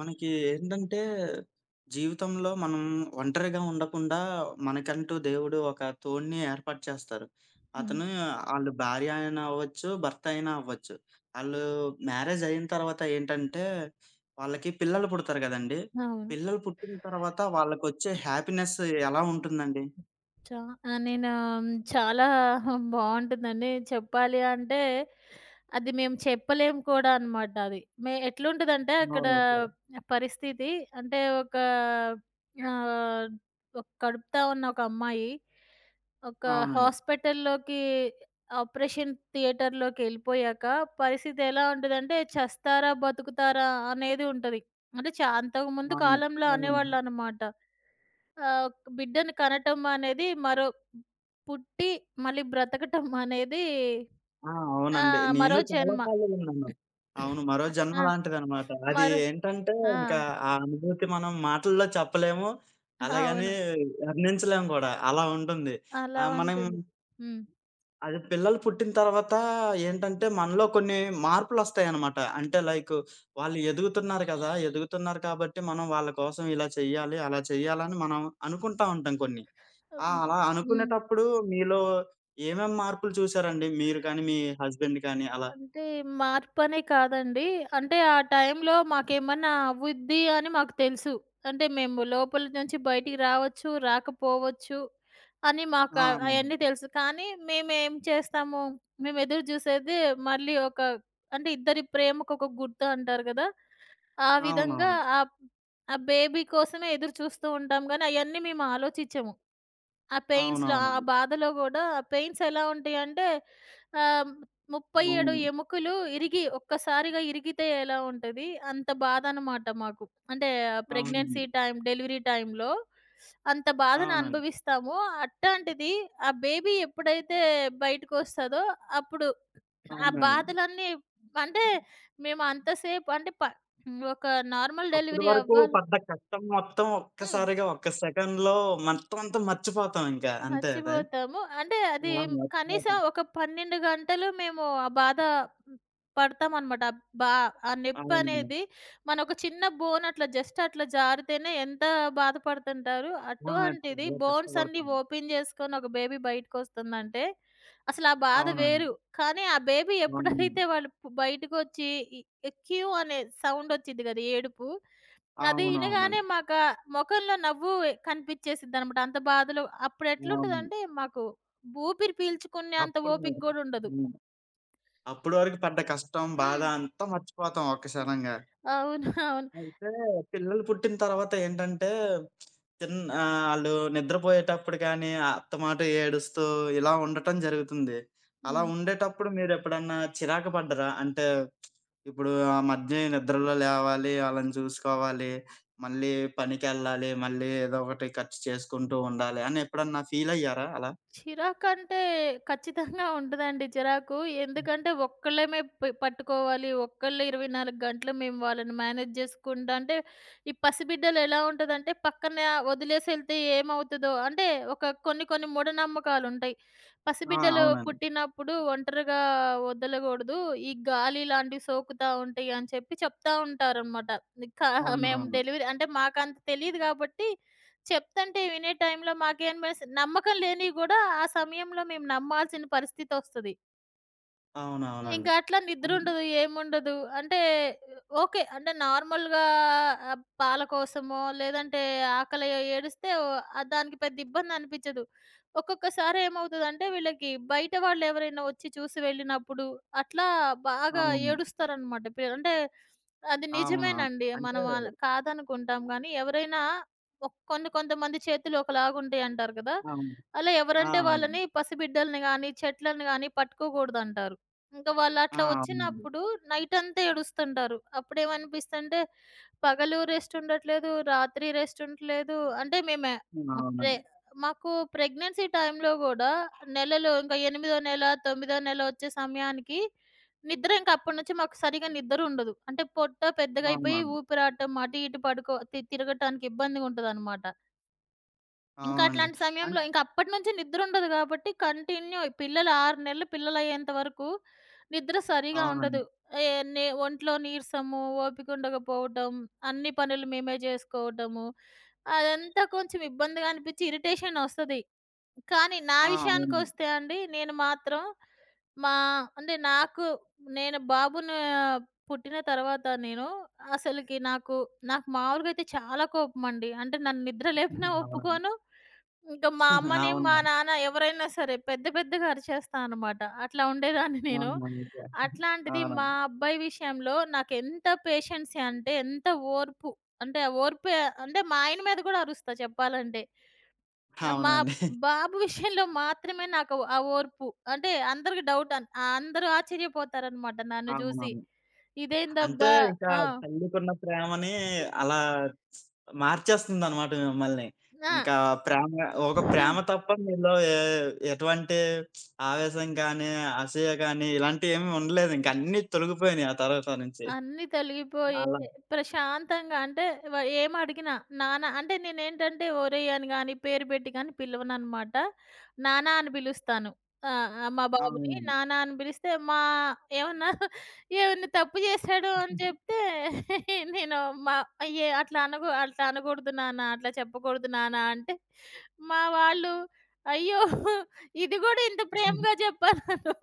మనకి ఏంటంటే, జీవితంలో మనం ఒంటరిగా ఉండకుండా మనకంటూ దేవుడు ఒక తోడుని ఏర్పాటు చేస్తారు. హ్మ్. అతను ఆళ్ళు భార్య అయినా అవ్వచ్చు, భర్త అయినా అవ్వచ్చు. ఆళ్ళు మ్యారేజ్ అయిన తర్వాత ఏంటంటే, వాళ్ళకి పిల్లలు పుడతారు గదండీ! అవును. పిల్లలు పుట్టిన తర్వాత వాళ్ళకొచ్చే హ్యాపీనెస్ ఎలా ఉంటుందండి? చా నేను చాలా బావుంటుందండి. చెప్పాలి అంటే అది మేము చెప్పలేము కూడా అనమాట అది. ఎట్లుంటదంటే అక్కడ అవును. చాలా. పరిస్థితి అంటే ఒక ఆహ్, ఒక కడుపుతా ఉన్న ఒక అమ్మాయి ఒక అవునండి. హాస్పిటల్‌లోకి ఆపరేషన్ థియేటర్‌లోకెళ్ళిపోయాక పరిస్థితి ఎలా ఉంటదంటే చస్తారా? బతుకుతారా? అనేది ఉంటది. అంటే అంతకుముందు అవును. కాలంలో అవును. అనేవాళ్ళనమాట. ఆహ్, బిడ్డని కనటం అనేది మరో పుట్టి మళ్ళీ బ్రతకటం అనేది ఆ! ఆ! అవునండి. నేను మరో చాలా జన్మ. సార్లు విన్నాను. అవును. మరో జన్మ ఆ! లాంటిదనమాట. అది మరో ఏంటంటే, ఆ! ఇంకా ఆ అనుభూతి మనం మాటల్లో చెప్పలేము. అలాగని అవును. వర్ణించలేము గూడా. అలా ఉంటుంది. అలా మనం ఉంటుంది. హ్మ్. అది పిల్లలు పుట్టిన తర్వాత ఏంటంటే, మనలో కొన్ని మార్పులొస్తాయనమాట. అంటే లైక్ వాళ్ళు ఎదుగుతున్నారు కదా! ఎదుగుతున్నారు కాబట్టి, మనం వాళ్ళ కోసం ఇలా చెయ్యాలి, అలా చెయ్యాలని మనం అనుకుంటా ఉంటాం కొన్ని. ఆ! అలా హ్మ్. అనుకునేటప్పుడు మీలో ఏమేం మార్పులు చూసారండి? మీరు కానీ, మీ హస్బెండ్ కానీ అలా? అంటే మార్పనే కాదండి. అంటే ఆ టైంలో మాకేమన్నా అవుద్ది అని మాకు తెలుసు. అంటే మేము లోపల నుంచి బయటికి రావచ్చు, రాకపోవచ్చు అని ఆ! మాకు అవును. అయన్నీ తెలుసు. కానీ మేమేం చేస్తాము, మేము ఎదురు చూసేది మళ్ళీ ఒక అంటే ఇద్దరి ప్రేమకు ఒక గుర్తు అంటారు గదా! ఆ విధంగా అవునవును. ఆ ఆ బేబీ కోసమే ఎదురు చూస్తూ ఉంటాం గానీ అయన్నీ మేము ఆలోచించము. ఆ పెయిన్స్‌లో ఆ అవునవునండి. బాధలో గూడా ఆ పెయిన్స్ ఎలా ఉంటాయంటే ఆహ్, 37 అవును. ఎముకలు ఇరిగి ఒక్కసారిగా ఇరిగితే ఎలా ఉంటది అంత బాధనమాట మాకు. అంటే అవునండి. ప్రెగ్నెన్సీ టైం, డెలివరీ టైంలో అంత బాధను అవునండి. అనుభవిస్తాము. అట్టాంటిది ఆ బేబీ ఎప్పుడైతే బయటకొస్తదో అప్పుడు ఆ అవునండి. బాధలన్నీ అంటే మేము అంతసేపు అంటే ఒక నార్మల్ అప్పటి డెలివరీ వరకు అవ్వాలి. పడ్డ కష్టం మొత్తం హ్మ్. ఒక్కసారిగా ఒక్క సెకండ్‌లో మొత్తం అంతా మర్చిపోతాం ఇంకా. అంతే కదా! మర్చిపోతాము. అంటే అది ఆ! కనీసం మర్చిపోతాం. ఒక 12 గంటలు మేము ఆ బాధ పడతామనమాట. బా ఆ అవునండి. నొప్పనేది మన ఒక చిన్న బోన్ అట్లా జస్ట్ అట్లా జారితేనే ఎంత బాధపడుతుంటారు. ఆ! అటువంటిది చాలా బోన్స్ అన్నీ కష్టపడతాం. ఓపెన్ చేసుకొని ఒక బేబీ బయటకొస్తుందంటే అసలు ఆ బాధ అవునండి. వేరు. కానీ ఆ బేబీ అవును. ఎప్పుడైతే వాళ్ళు బయటకొచ్చి ఈ క్యూ అనే సౌండ్ వచ్చిద్ది కదా! ఏడుపు. అది ఇనగానే అవునవునండి. మాకా మొఖంలో నవ్వు కనిపిచ్చేసిద్దనమాట. అంత బాధలో అవును. అప్పుడెట్లుంటదంటే, మాకు ఊపిరి పీల్చుకునేంత అప్పుడు ఓపిక గూడా ఉండదు. హ్మ్. అప్పటి వరకు పడ్డ కష్టం, బాధ హ్మ్. అంతా మర్చిపోతాం హ్మ్. ఒక్కక్షణంగా. అవును. అవును. అయితే పిల్లలు పుట్టిన తర్వాత ఏంటంటే, ఆళ్ళు నిద్రపోయేటప్పుడు కానీ, అత్తమాట ఏడుస్తూ ఇలా ఉండటం జరుగుతుంది. అలా హ్మ్. ఉండేటప్పుడు మీరెప్పుడన్నా చిరాకు పడ్డారా? అంటే, ఇప్పుడు ఆ మధ్య నిద్రలో లేవాలి, ఆళ్ళని చూసుకోవాలి, మళ్ళీ పనికెళ్ళాలి, మళ్ళీ ఏదో ఒకటి ఖర్చు చేసుకుంటూ ఉండాలి అని ఎప్పుడన్నా ఫీలయ్యారా అలా? చిరాకంటే ఖచ్చితంగా ఉంటదండి చిరాకు. ఎందుకంటే ఒక్కళ్ళమే పట్టుకోవాలి. ఒక్కళ్ళే 24 గంటలు మేము వాళ్ళని మేనేజ్ చేసుకుంటా అంటే, ఈ పసిబిడ్డలు ఎలా ఉంటదంటే పక్కన వదిలేసెళ్తే ఏమవుతదో అంటే కొన్ని కొన్ని మూఢనమ్మకాలుంటాయి. ఆ! పసిబిడ్డలు అవునండి. పుట్టినప్పుడు ఒంటరిగా వదలగూడదు. ఈ గాలి లాంటివి సోకుతా ఉంటాయి అని చెప్పి చెప్తా ఉంటారనమాట. కా మేము అవునవును. డెలివరీ అంటే మాకంత తెలీదు గాబట్టి చెప్తంటే వినే టైంలో మాకేం నమ్మకం లేనివి గూడా ఆ సమయంలో మేము నమ్మాల్సిన పరిస్థితొస్తది. అవునవునండి. ఇంకా అట్లా అన్ నిద్రుండదు. ఏముండదు. అంటే ఓకే. అంటే నార్మల్‌గా పాల కోసమో లేదంటే ఆకలి ఏడిస్తే దానికి పెద్ద ఇబ్బందనిపిచ్చదు. ఒక్కొక్కసారి ఏమవుతదంటే వీళ్ళకి బయట వాళ్ళెవరైనా వచ్చి చూసి వెళ్ళినప్పుడు అట్లా బాగా అవును. ఏడుస్తారనమాట. అంటే అది అవునవును. నిజమేనండి. అంటే మనం కాదనుకుంటాం గానీ ఎవరైనా కొన్ని కొంతమంది చేతులు ఒకలాగుంటాయి అంటారు కదా! అవును. అలా ఆ! ఎవరంటే అవును. వాళ్ళని పసిబిడ్డల్ని గానీ, చెట్లను గానీ పట్టుకోకూడదంటారు. ఇంక వాళ్ళట్లా ఆ! వచ్చినప్పుడు నైటంతా ఏడుస్తుంటారు. అప్పుడేమనిపిస్తంటే, పగలు రెస్ట్ ఉండట్లేదు, రాత్రి రెస్ట్ ఉండట్లేదు. అంటే మేమే ప్రె అవునండి. మాకు ప్రెగ్నెన్సీ టైమ్‌లో గూడా నెలలో ఇంక ఎనిమిదో నెల, తొమ్మిదో నెల ఒచ్చే సమయానికి నిద్ర ఇంక అప్పటి నుంచి మాకు సరిగ్గా నిద్రుండదు. అంటే పొట్ట అవునండి. పెద్దగయిపోయి అవునండి. ఊపిరాటం అటు ఇటు పడుకో తిరగటానికి ఇబ్బందిగుంటదనమాట. ఇంకా అవునండి. అట్లాంటి అన్ సమయంలో ఇంక అప్పటినుంచి నిద్రుండదు గాబట్టి, కంటిన్యూ పిల్లలు 6 నెలలు పిల్లలయ్యేంత వరకు నిద్ర సరిగా అవునండి. ఉండదు. ఏ నే ఒంట్లో నీరసము, ఓపికుండకపోవటం, అన్ని పనులు మేమే జేసుకోవటము, అదంతా కొంచెం ఇబ్బందిగా అనిపిచ్చి ఇరిటేషనొస్తది. కానీ నా ఆ! అవునండి. విషయానికొస్తే అండి, నేను మాత్రం మా అంటే నాకు నేను బాబును ఆ, పుట్టిన తర్వాత నేను అసలకి నాకు నాకు మామూలుగా అయితే చాలా కోపమండి. అంటే నన్ను నిద్ర లేపినా అవునండి. ఒప్పుకోను. ఇంకా మా అమ్మని, మా అవును. నాన్న ఎవరైనా సరే పెద్ద పెద్దగా అరిచేస్తా అనమాట. అట్లా ఉండేదాన్ని నేను. అవునండి. అట్లాంటిది మా అవునండి. అబ్బాయి విషయంలో నాకెంత పేషెన్సీ అంటే ఎంత ఓర్పు. అంటే ఆ ఓర్పు అంటే మా ఆయన మీద కూడా అరుస్తా చెప్పాలంటే. మా అవునండి. బాబు విషయంలో మాత్రమే నాకు ఆ ఓర్పు. అంటే అందరికి డౌట్ అందరూ ఆశ్చర్యపోతారనమాట నన్ను జూసి. అవునవును. అంటే ఇదేందబ్బా! ఇంకా ఆ! తల్లికున్న ప్రేమని అలా మార్చేస్తుందనమాట మిమ్మల్ని. ఇంకా ప్రేమ ఒక ఆ! ప్రేమ తప్ప మీలో ఎటువంటి ఆవేశం గానీ, అసూయ గానీ ఇలాంటియేమి ఉండలేదు. ఇంక అన్నీ తొలగిపోయినియి ఆ తర్వాత నుంచి. అన్నీ తొలగిపోయి అలా ప్రశాంతంగా అంటే వ ఏమడిగినా నాన్న అంటే నేనేంటంటే ఒరేయ్ అని గాని, పేరు పెట్టి గాని పిలవననమాట. నాన్న అని పిలుస్తాను. ఆ! ఆ! మా బాబుని అవునండి. నాన్న అని పిలిస్తే మా ఏమన్నా ఏమన్నా తప్పు చేశాడు అని చెప్తే నేను మా అట్లా అనకు అట్లా అనకూడదు నాన్న, అట్లా చెప్పకూడదు నాన్న అంటే మా వాళ్ళు అయ్యో! ఇది గూడా ఇంత ప్రేమగా చెప్పా నన్ను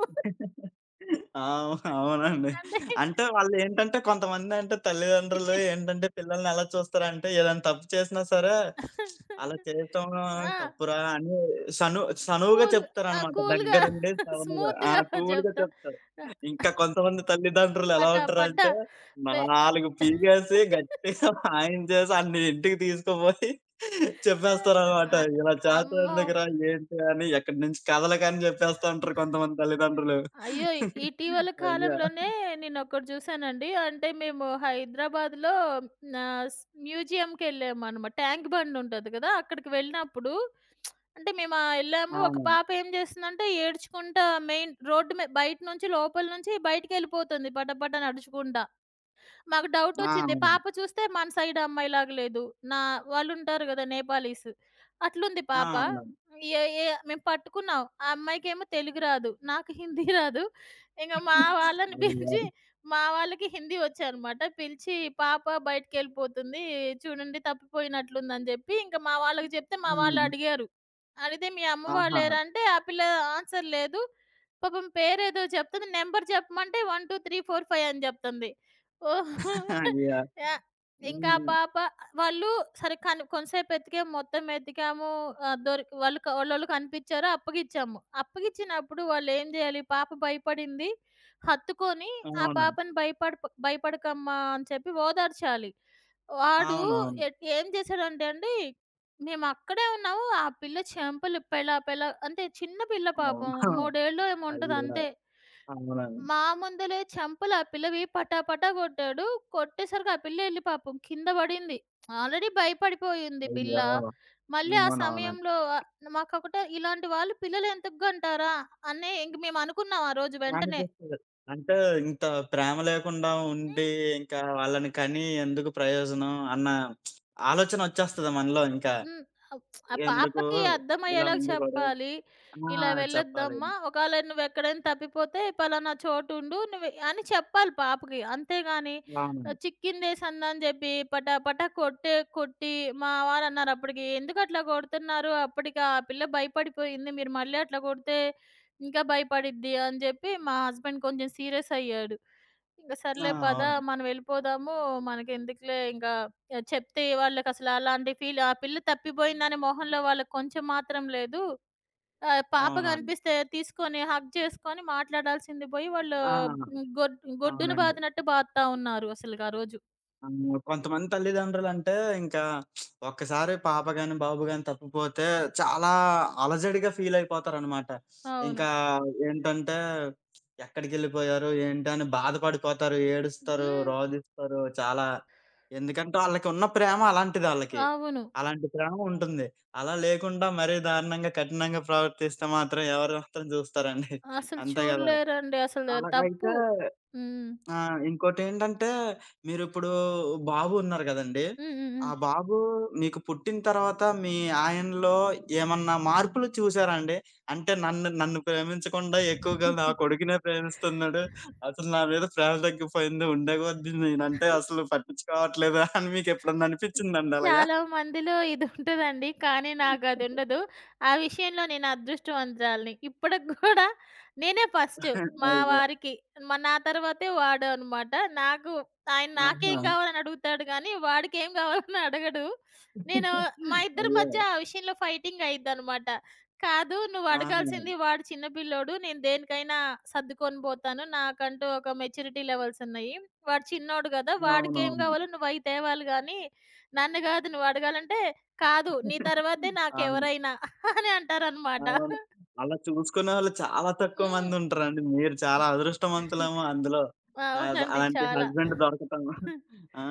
అవు అవునండి. అంటే అంటే వాళ్ళేంటంటే కొంతమందంటే తల్లిదండ్రులు ఏంటంటే పిల్లల్ని ఎలా చూస్తారంటే ఏదైనా తప్పు చేసినా సరే అలా చేయటం ఆ! తప్పురా అని సను సనువుగా కూల్ ఆ! చెప్తారనమాట. కూల్‌గా దగ్గరుండి సనువుగా. ఆ! స్మూత్‌గా కూల్‌గా చెప్తా. చెప్తారు. ఆ! ఇంకా కొంతమంది తల్లిదండ్రులు ఎలా పటా పటా ఉంటారంటే పె 4 పీకేసి గట్టిగా వాయించేసి ఆడిని ఇంటికి తీసుకుపోయి చెప్పేస్తారనమాట. ఆ! ఇలా చేతన అమ్మో! ఎందుకురా ఏంటి అని ఎక్కడి నుంచి కథలకని చెప్పేస్తా ఉంటారు కొంతమంది తల్లిదండ్రులు. అయ్యో! ఇటీవల అయ్యో! కాలంలోనే నేనొకటి చూసానండి. అంటే మేము హైదరాబాద్‌లో నా స్ మ్యూజియంకెళ్ళామనమాట. ట్యాంక్ బండ్ ఉంటది కదా! అక్కడికి వెళ్ళినప్పుడు అంటే మేము ఎళ్ళాము. ఒక అవునండి. పాప ఏం చేస్తుందంటే ఏడ్చుకుంటా మెయిన్ రోడ్డు బయట నుంచి లోపల నుంచి బయటికెళ్ళిపోతుంది పటపట నడుచుకుంటా. మాకు ఆ! డౌటొచ్చింది. అవునండి. పాప చూస్తే మన సైడ్ అమ్మాయిలాగా లేదు. నా వాళ్ళుంటారు గదా! నేపాలీస్. అట్లుంది ఆ! పాప. అవునండి. ఏ ఏ మేము పట్టుకున్నాం. ఆ అమ్మాయికేమో తెలుగు రాదు. నాకు హిందీ రాదు. ఇంక మా వాళ్ళని అయ్యో! పిలిచి మా వాళ్ళకి హిందీ వచ్చనమాట. పిలిచి పాప బయటికెళ్ళిపోతుంది. చూడండి తప్పిపోయినట్లుందని జెప్పి ఇంక మా వాళ్ళకి జెప్తే మా హ్మ్. వాళ్ళడిగారు. అడిగితే మీ అమ్మ ఆహా! వాళ్ళేరా అంటే ఆ పిల్ల ఆన్సర్ లేదు. పాపం పేరేదో చెప్తుంది. నంబర్ చెప్పమంటే 123456 అని జెప్తుంది. ఓహో! అయ్యో! యాహ్! ఇంకా ఆ హ్మ్. పాప వాళ్ళు సరే కని కొంతసేపు వెతికాము, మొత్తం వెతికాము. దొరికి వాళ్ళు వాళ్ళోళ్ళు కనిపిచ్చారు. అప్పగిచ్చాము. అప్పగిచ్చినప్పుడు వాళ్ళేం జేయాలి? పాప భయపడింది. హత్తుకొని ఆ అవునండి. పాపని భయపడకమ్మా అని చెప్పి ఓదార్చాలి. వాడు అవునవును. ఏం చేశాడంటే అండి, మేమక్కడే ఉన్నాము. ఆ పిల్ల చెంపలు పెళ పెళ అంటే చిన్న పిల్ల పాపం. అవును. 3 ఏళ్ళో ఏమో ఉంటది అయ్యో! అంతే. అవునండి. మా ముందలే చెంపలు ఆ పిల్లవి పటాపటా కొట్టాడు. కొట్టేసరికి ఆ పిల్ల ఎళ్లి పాపం కింద పడింది. ఆల్రెడీ భయపడిపోయింది పిల్ల. అయ్యో! మళ్ళీ ఆ అవునవునండి. సమయంలో మాకొకటే ఇలాంటి వాళ్ళు పిల్లలెందుకు గంటారా అని ఇంక మేమనుకున్నాం ఆ రోజు వెంటనే. అనిపిస్తది. అంటే ఇంత ప్రేమ లేకుండా ఉండి, ఇంకా వాళ్ళని కని ఎందుకు ప్రయోజనం అన్న ఆలోచనొచ్చేస్తది మనలో ఇంకా. హ్మ్. అప్ ఆ ఎందుకు పాపకి ఇలా అర్థమయ్యేలాగా ఉండకూడదు. చెప్పాలి. ఆ! ఇలా చెప్పాలి. వెళ్ళొద్దమ్మా. ఒకాళ నువ్వెక్కడైనా తప్పిపోతే పలానా చోటుండు నువ్వు అని చెప్పాలి పాపకి. అంతేగాని అవునండి. చిక్కిందేసిందని జెప్పి పటా పటా కొట్టి మా వారన్నారు అప్పటికి, "ఎందుకట్లా కొడుతున్నారు? అప్పటికి ఆ పిల్ల భయపడిపోయింది. మీరు మళ్ళీ అట్లా కొడితే ఇంకా భయపడిద్ది" అని జెప్పి మా హస్బెండ్ కొంచెం సీరియస్ అయ్యాడు. ఇంక ఆ! సర్లే పద అవునండి. మనం వెళ్ళిపోదాము. మనకెందుకులే ఇంకా చెప్తే వాళ్ళకసలు అలాంటి ఫీల్ ఆ పిల్ల తప్పిపోయిందనే మొహంలో వాళ్ళకి కొంచెం మాత్రం లేదు. పాప అవునండి. కనిపిస్తే తీసుకొని హగ్ చేసుకొని మాట్లాడాల్సింది పోయి వాళ్ళు ఆ! హ్మ్. గొడ్ గొడ్డున అవునండి. బాదినట్టు బాదుతా ఉన్నారు అసలుగా ఆ రోజు. అవును. కొంతమంది తల్లిదండ్రులంటే ఇంకా ఒక్కసారి పాప గాని, బాబు గాని తప్పిపోతే చాలా అలజడిగా ఫీలయిపోతారనమాట. అవును. ఇంకా ఏంటంటే ఎక్కడికెళ్ళిపోయారు, ఏంటి అని బాధపడిపోతారు, ఏడుస్తారు, హ్మ్. రోదిస్తారు చాలా. ఎందుకంటే ఆళ్ళకున్న ప్రేమ అలాంటిదాళ్ళకి. అవును. అలాంటి ప్రేమ ఉంటుంది. అలా లేకుండా మరీ దారుణంగా, కఠినంగా ప్రవర్తిస్తే మాత్రం ఎవరు మాత్రం జూస్తారండి. అసలు అంతే గదా! చూడలేరండి అసలు తప్పు. అలాగైతే హ్మ్. ఆ! ఇంకోటేంటంటే, మీరిప్పుడు బాబు ఉన్నారు గదండీ! హ్మ్. హ్మ్. ఆ హ్మ్. బాబు మీకు పుట్టిన తర్వాత మీ ఆయనలో ఏమన్నా మార్పులు చూసారా అండి? అంటే నన్ను నన్ను ప్రేమించకుండా ఎక్కువగా నా కొడుకునే ప్రేమిస్తున్నాడు. అసలు నా మీద ప్రేమ తగ్గిపోయింది. ఉండే కొద్దీ నేనంటే అసలు పట్టించుకోవట్లేదు అని మీకెప్పుడన్నా అనిపిచ్చిందండి అలాగా? చాలా మందిలో ఇదుంటదండి. కానీ నాకదుండదు. ఆ విషయంలో నేను అదృష్టవంతురాలిని. ఇప్పటికి గూడా నేనే ఫస్ట్ మా అయ్యో! వారికి. నా తర్వాతే వాడు అనమాట. నాకు ఆయన నాకేం ఆహా! కావాలని అడుగుతాడు గానీ, వాడికేం కావాలని అడగడు. నేను మా ఇద్దరి అయ్యో! మధ్య ఆ విషయంలో ఫైటింగ్ అయ్యిద్దనమాట. కాదు నువ్వు ఆహా! అడగాల్సింది వాడు చిన్న పిల్లోడు. నేను దేనికైనా సర్దుకొని పోతాను. నాకంటూ ఒక మెచ్యూరిటీ లెవెల్స్ ఉన్నాయి. వాడు చిన్నోడు గదా! వాడికేం అవునవును. కావాలో నువ్వయి తేవాలి గానీ నన్ను గాదు నువ్వడగాలంటే, "కాదు నీ తర్వాతే అవును. నాకెవరైనా" అని అంటారనమాట. అవును. అలా చూసుకునేవాళ్ళు చాలా తక్కువ హ్మ్. మందుంటారండి. మీరు చాలా అదృష్టవంతులేమో అందులో. అల అవునండి. అలాంటి చాలా. హస్బెండ్ దొరకటం. ఆ!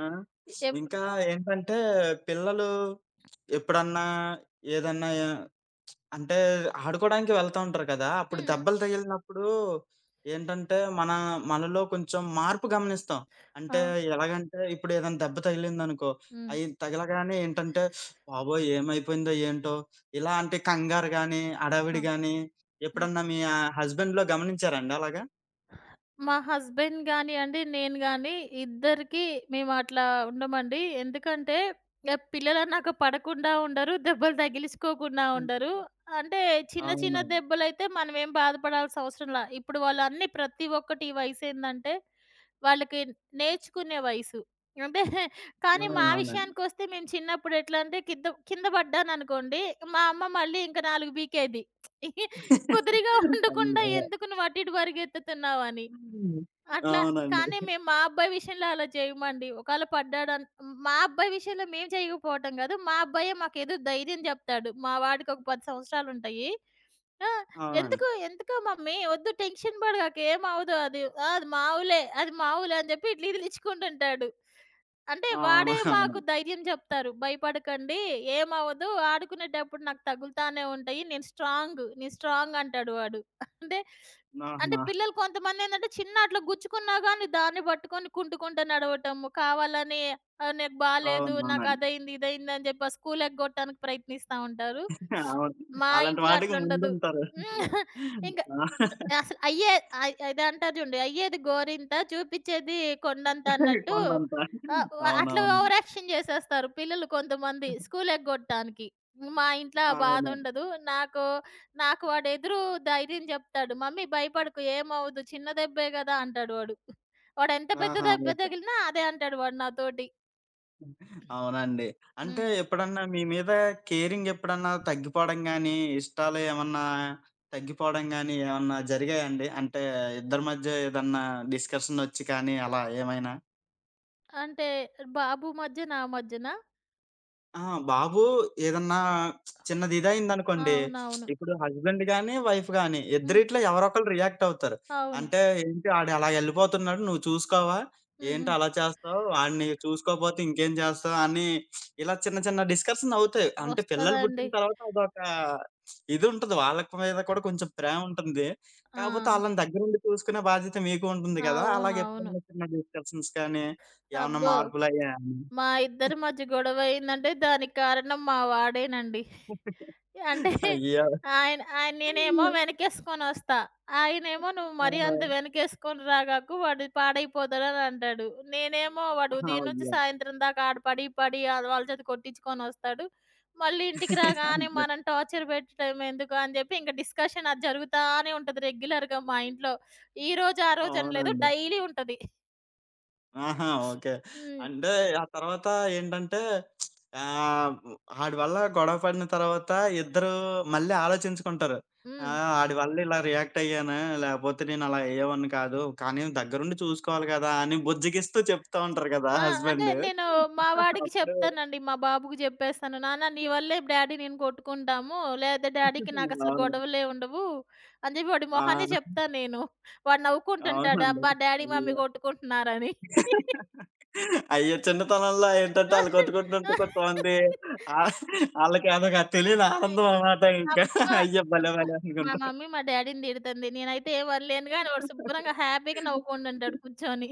ఎప్ ఇంకా ఏంటంటే పిల్లలు ఎప్పుడన్నా ఏదన్నా అంటే ఆడుకోవడానికి వెళ్తా ఉంటారు కదా! అప్పుడు హ్మ్. హ్మ్. దెబ్బలు తగిలినప్పుడు ఏంటంటే, మన మనలో కొంచెం మార్పు గమనిస్తాం. అంటే అవును. ఎలాగంటే, ఇప్పుడు ఏదైనా దెబ్బ తగిలిందనుకో, హ్మ్. అయి తగలగానే ఏంటంటే, బాబోయ్! ఏమైపోయిందో ఏంటో? ఇలా అంటే కంగారు గాని, హడావిడి అవును. గాని ఎప్పుడన్నా మీ హస్బెండ్‌లో గమనించారండి అలాగా? మా హస్బెండ్ గానియండి, నేను గాని ఇద్దరికీ మేమట్లా ఉండమండి. ఎందుకంటే, ఇగ పిల్లలన్నాక పడకుండా ఉండరు, దెబ్బలు తగిలిచ్చుకోకుండా హ్మ్. ఉండరు. అంటే, చిన్న చిన్న అవునవును. దెబ్బలైతే మనమేం బాధపడాల్సిన అవసరంలా. ఇప్పుడు వాళ్ళన్నీ ప్రతి ఒక్కటి ఈ వయసేందంటే, వాళ్ళకి నేర్చుకునే వయసు. అంటే, ఆ! కానీ మా అవునండి. విషయానికొస్తే మేము చిన్నప్పుడు ఎట్లా అంటే, కింద పడ్డాననుకోండి, మా అమ్మ మళ్ళీ ఇంక 4 పీకేది. కుదురుగా ఉండకుండా అయ్యో! ఎందుకు నువ్వు అటు ఇటు పరిగెత్తుతున్నావని. అట్లా అవునండి. కానీ మేము మా అబ్బాయి విషయంలో అలా చేయమండి. ఒకాళ పడ్డాడన్ మా అబ్బాయి విషయంలో మేము చేయకపోవటం గాదు. మా అబ్బాయే మాకేదో ధైర్యం జెప్తాడు. మా వాడికి ఒక 10 సంవత్సరాలుంటాయి. ఆ! అవునండి. "ఎందుకు, ఎందుకు మమ్మీ వద్దు టెన్షన్ పడగాకు ఏమవ్వదు అది. అది మావులే, అది మావులే" అని చెప్పి ఇట్లా ఇదిలిచ్చుకుంటుంటాడు. అంటే అవును. వాడే అవును. మాకు ధైర్యం చెప్తారు. "భయపడకండి ఏమవ్వదు, ఆడుకునేటప్పుడు నాకు తగులుతానే ఉంటాయి. నేను స్ట్రాంగ్, నేను స్ట్రాంగ్" అంటాడు వాడు. అంటే, అంటే ఆహా! పిల్లలు కొంతమందేంటంటే చిన్న అట్లా గుచ్చుకున్నా గాని దాన్ని పట్టుకొని కుంటుకుంటా నడవటము, కావాలని "నాకు బాలేదు, నాకు అవునవునండి. అదయింది, ఇదయింది" అని చెప్పి ఆ స్కూల్ ఎగ్గొట్టడానికి ప్రయత్నిస్తా ఉంటారు. అవును. మా అలాంటి ఇంట్లో వాటికి అట్లుండదు. ముందుంటారు. హ్మ్. ఇంక ఆ! అసలు అయ్యే అయ్ అదంటారు చూడండి. అయ్యేది గోరింత చూపిచ్చేది కొండంత అన్నట్టు కొండంత. ఆహ్, వ అట్లా అవునవును. ఓవర్ యాక్షన్ చేసేస్తారు పిల్లలు కొంతమంది స్కూల్ ఎగ్గొట్టడానికి. మా ఇంట్లో ఆ అవును. బాధుండదు. నాకు నాకు వాడు ధైర్యం చెప్తాడు. "మమ్మీ భయపడకు ఏమవ్వదు చిన్న దెబ్బే గదా!" అంటాడు వాడు. వాడెంత పెద్ద ఆహా! దెబ్బ ఓకే. తగిలినా అదే అంటాడు వాడు నాతోటి. అవునండి. అంటే హ్మ్. ఎప్పుడన్నా మీ మీద కేరింగ్ ఎప్పుడన్నా తగ్గిపోవడం గాని, ఇష్టాలు ఏమన్నా తగ్గిపోవడం గాని ఏమన్నా జరిగాయండి? అంటే ఇద్దరి మధ్య ఏదన్నా డిస్కషన్ ఒచ్చి కానీ అలా ఏమైనా? అంటే బాబు మధ్య, నా మధ్యన? ఆ! బాబు ఏదన్నా చిన్నది ఇదయిందనుకోండి, అవునవును. ఇప్పుడు హస్బెండ్ గాని, వైఫ్ గాని హ్మ్. ఇద్దరిట్లో ఎవరొకళ్ళు రియాక్ట్ అవుతారు. అవును. అంటే ఏంటి ఆడు అలా ఎళ్ళిపోతున్నాడు నువ్వు చూసుకోవా? హ్మ్. ఏంటి హ్మ్. అలా చేస్తావు? ఆడిని చూసుకోపోతే ఇంకేం చేస్తావు? అని ఇలా చిన్న చిన్న డిస్కషన్ అవుతాయి. అంటే పిల్లలు వస్తదండి. పుట్టిన తర్వాత అదొక ఇదుంటది. వాళ్ళ మీద కూడా కొంచెం ప్రేమ ఉంటుంది. ఆ! కాపోతే ఆళ్ళని దగ్గరుండి చూసుకునే బాధ్యత మీకు ఉంటుంది కదా! అలాగే అవునవును. ఎప్పుడన్నా చిన్న డిస్కషన్స్ కానీ, ఏమన్నా అబ్బో! మార్పులయ్యాయా? మా ఇద్దరి మధ్య గొడవ అయిందంటే దానికి కారణం మా వాడేనండి. అంటే అయ్యో! ఆయన ఆయన ఆ! నేనేమో వెనకేసుకొనొస్తా. ఆయనేమో "నువ్వు మరీ అంత వెనకేసుకొని రాగాకు వాడు పాడైపోతాడని" అంటాడు. నేనేమో "వాడు ఆ! ఉదయం నుంచి అయ్యో! సాయంత్రం దాకా ఆడ పడి పడి ఆళ్ళ వాళ్ళ చేత కొట్టించుకొనొస్తాడు. మళ్ళీ ఇంటికి రాగానే అయ్యో! మనం టార్చర్ పెట్టడం ఎందుకు" అని చెప్పి ఇంక డిస్కషన్ అది జరుగుతానే ఉంటది రెగ్యులర్‌గా మా ఇంట్లో. ఈరోజు, ఆ రోజని లేదు అవునండి. డైలీ ఉంటది. ఆహా! ఓకే. హ్మ్. అంటే ఆ తర్వాత ఏంటంటే ఆహ్, ఆడి వల్ల గొడవ పడిన తర్వాత ఇద్దరు మళ్ళీ ఆలోచించుకుంటారు. ఆ! హ్మ్. ఆడి వల్ల ఇలా రియాక్ట్ అయ్యాను. లేకపోతే నేను అలా అయ్యేవాడిని కాదు. కానీ దగ్గరుండి చూసుకోవాలి కదా! అని బుజ్జగిస్తూ చెప్తా ఉంటారు కదా! ఆ! అంటే హస్బెండ్. నేను మా వాడికి అప్పుడు చెప్తానండి. మా బాబుకి చెప్పేస్తాను. నాన్న నీ వల్లే డ్యాడీ నేను కొట్టుకుంటాము. లేతే డ్యాడీకి నాకసలు అవును. గొడవలే ఉండవు. అని చెప్పి వాడి ఆ! మొహానే చెప్తా నేను. వాడు నవ్వుకుంటుంటాడు. అవునండి. అబ్బా! డ్యాడీ, మమ్మీ అయ్యో! కొట్టుకుంటున్నారని. అయ్యో! చిన్నతనంలో ఏంటంటే ఆ! ఆళ్ళు ఆ! కొట్టుకుంటుంటే కొంతమంది ఆ! ఆళ్ళకి అదొక తెలియని అయ్ ఆనందం అన్నమాట ఇంకా. అబ్బా! అయ్యో! భలే! అబ్బా! భలే! మా అనుకుంటా. మమ్మీ మా డ్యాడీని తిడుతుంది. నేనైతే ఏం అనలేనుగా అని వాడు శుభ్రంగా హ్యాపీగా నవ్వుకుంటుంటాడు కూర్చొని.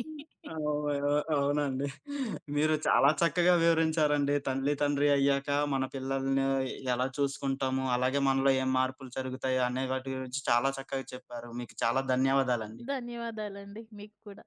అవ్ అవ్- అవునండి. హ్మ్. మీరు చాలా చక్కగా వివరించారండి. తల్లి, తండ్రి అయ్యాక మన పిల్లల్ని ఎలా చూసుకుంటాము, అలాగే మనలో ఏం మార్పులు జరుగుతాయి అనే వాటి గురించి చాలా చక్కగా చెప్పారు. మీకు చాలా ధన్యవాదాలండి. ధన్యవాదాలండి. మీకు కూడా.